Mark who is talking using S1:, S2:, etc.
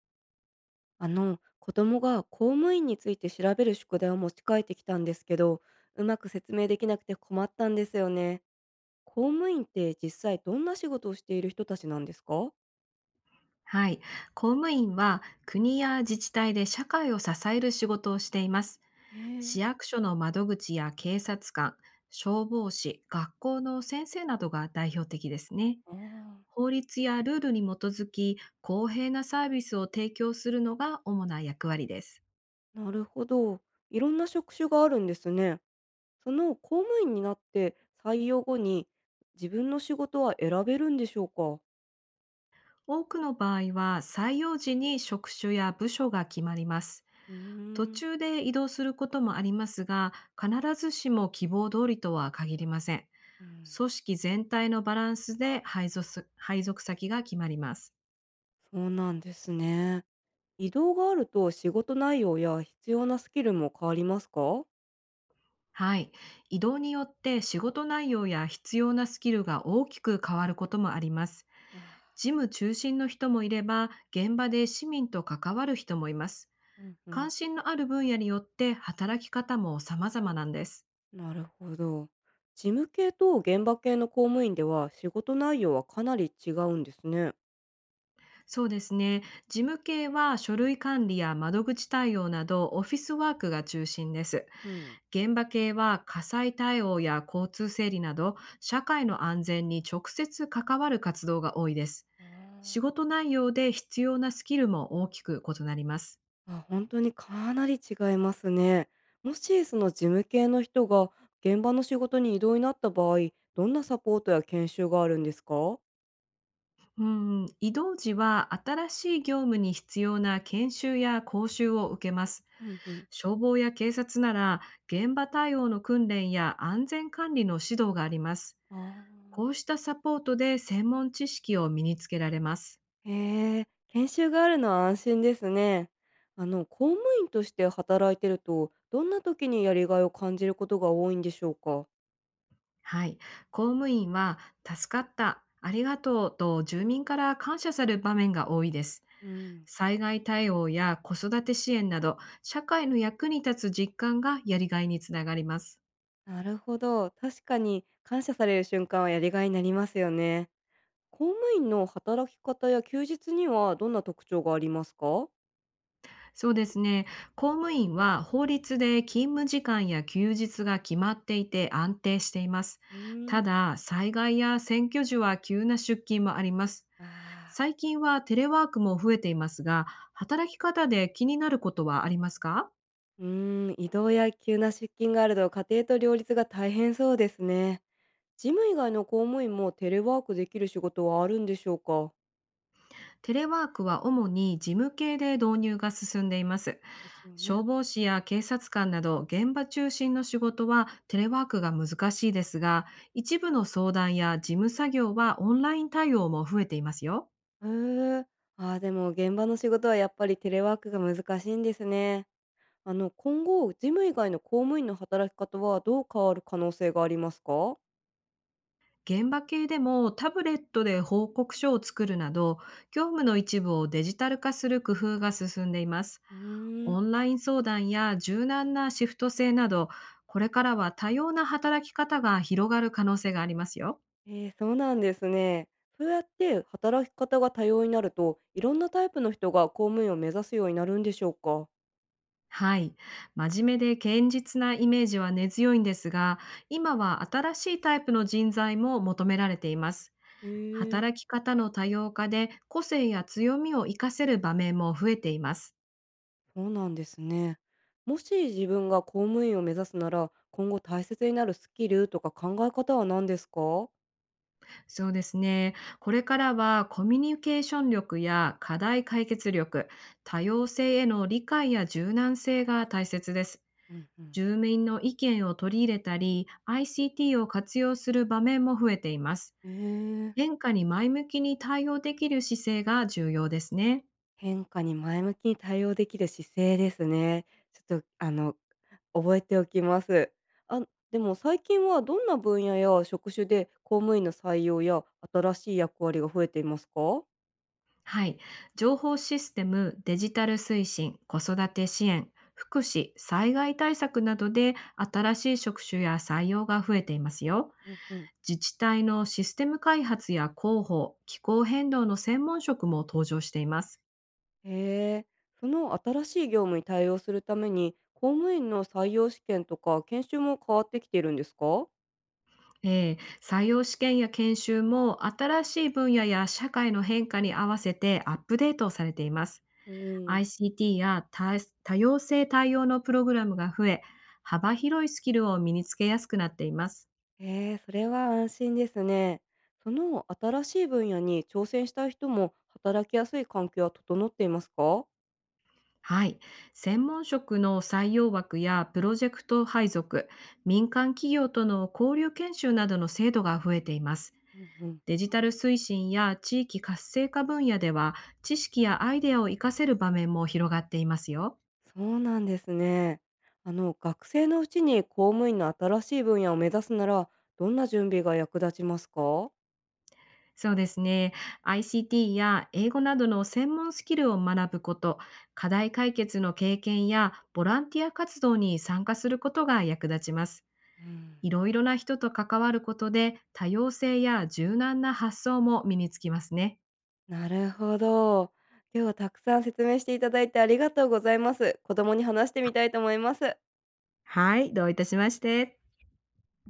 S1: 子供が公務員について調べる宿題を持ち帰ってきたんですけど、うまく説明できなくて困ったんですよね。公務員って実際どんな仕事をしている人たちなんですか？
S2: はい。公務員は国や自治体で社会を支える仕事をしています。
S1: え
S2: 市
S1: え。
S2: 役所の窓口や警察官、消防士、学校の先生などが代表的ですね。
S1: あ
S2: 法律やルールに基づき公平なサービスを提供するのが主な役割です。
S1: あ、なるほど。いろんな職種があるんですね。その公務員になって採用後に自分の仕事は選べるんでしょうか？
S2: 多くの場合は採用時に職種や部署が決まります。
S1: うー
S2: 途
S1: ん。
S2: 中で移動することもありますが、必ずしも希望通りとは限りません。
S1: うん。
S2: 組織全体のバランスで配属先が決まります。
S1: そうなんですね。移動があると仕事内容や必要なスキルも変わりますか？
S2: はい。移動によって仕事内容や必要なスキルが大きく変わることもあります。
S1: あー。
S2: 事務中心の人もいれば、現場で市民と関わる人もいます。
S1: うんう
S2: 関
S1: ん。
S2: 心のある分野によって働き方も様々なんです。
S1: なるほど。事務系と現場系の公務員では仕事内容はかなり違うんですね。
S2: そうですね。事務系は書類管理や窓口対応などオフィスワークが中心です。
S1: うん。
S2: 現場系は火災対応や交通整理など社会の安全に直接関わる活動が多いです。
S1: あ
S2: 仕
S1: ー。
S2: 事内容で必要なスキルも大きく異なります。
S1: あ、ほにかなり違いますね。もしその事務系の人が現場の仕事に異動になった場合、どんなサポートや研修があるんですか？
S2: うん、移動時は新しい業務に必要な研修や講習を受けます。
S1: うんうん。
S2: 消防や警察なら現場対応の訓練や安全管理の指導があります。
S1: あ
S2: こう
S1: あ。
S2: したサポートで専門知識を身につけられます。
S1: へえ、研修があるのは安心ですね。公務員として働いてると、どんな時にやりがいを感じることが多いんでしょうか？
S2: はい。公務員は、助かった、ありがとうと住民から感謝される場面が多いです。
S1: うん。
S2: 災害対応や子育て支援など、社会の役に立つ実感がやりがいにつながります。
S1: なるほど。確かに感謝される瞬間はやりがいになりますよね。公務員の働き方や休日にはどんな特徴がありますか？
S2: そうですね。公務員は法律で勤務時間や休日が決まっていて安定しています。
S1: うー
S2: た
S1: ん。
S2: だ、災害や選挙時は急な出勤もあります。
S1: ああ。
S2: 最近はテレワークも増えていますが、働き方で気になることはありますか？
S1: うー移動や急な出勤があると家庭と両立が大変そうですね。事務以外の公務員もテレワークできる仕事はあるんでしょうか？
S2: テレワークは主に事務系で導入が進んでいます。
S1: ですよ
S2: 消
S1: ね。
S2: 防士や警察官など現場中心の仕事はテレワークが難しいですが、一部の相談や事務作業はオンライン対応も増えていますよ。
S1: へえ。ああ、でも現場の仕事はやっぱりテレワークが難しいんですね。今後、事務以外の公務員の働き方はどう変わる可能性がありますか？
S2: 現場系でもタブレットで報告書を作るなど、業務の一部をデジタル化する工夫が進んでいます。
S1: うー
S2: オ
S1: ん。
S2: ンライン相談や柔軟なシフト制など、これからは多様な働き方が広がる可能性がありますよ。
S1: ええ、そうなんですね。そうやって働き方が多様になると、いろんなタイプの人が公務員を目指すようになるんでしょうか？
S2: はい。真面目で堅実なイメージは根強いんですが、今は新しいタイプの人材も求められています。
S1: へえー。
S2: 働き方の多様化で個性や強みを活かせる場面も増えています。
S1: そうなんですね。もし自分が公務員を目指すなら、今後大切になるスキルとか考え方は何ですか？
S2: そうですね。これからはコミュニケーション力や課題解決力、多様性への理解や柔軟性が大切です。
S1: うんうん。
S2: 住民の意見を取り入れたり、ICT を活用する場面も増えています。
S1: ええ。
S2: 変化に前向きに対応できる姿勢が重要ですね。
S1: 変化に前向きに対応できる姿勢ですね。ちょっと、覚えておきます。あ、でも最近はどんな分野や職種で公務員の採用や新しい役割が増えていますか？
S2: はい。情報システム、デジタル推進、子育て支援、福祉、災害対策などで新しい職種や採用が増えていますよ。
S1: うんうん。
S2: 自治体のシステム開発や広報、気候変動の専門職も登場しています。
S1: へえ。その新しい業務に対応するために、公務員の採用試験とか研修も変わってきているんですか？
S2: 採用試験や研修も新しい分野や社会の変化に合わせてアップデートされています。
S1: うん。
S2: ICT や多様性対応のプログラムが増え、幅広いスキルを身につけやすくなっています。
S1: へえ、それは安心ですね。その新しい分野に挑戦したい人も働きやすい環境は整っていますか？
S2: はい。専門職の採用枠やプロジェクト配属、民間企業との交流研修などの制度が増えています。
S1: うんうん。
S2: デジタル推進や地域活性化分野では、知識やアイデアを活かせる場面も広がっていますよ。
S1: そうなんですね。学生のうちに公務員の新しい分野を目指すなら、どんな準備が役立ちますか？
S2: そうですね。ICT や英語などの専門スキルを学ぶこと、課題解決の経験やボランティア活動に参加することが役立ちます。
S1: うん。
S2: いろいろな人と関わることで多様性や柔軟な発想も身につきますね。
S1: なるほど。今日はたくさん説明していただいてありがとうございます。子供に話してみたいと思います。
S2: はい、どういたしまして。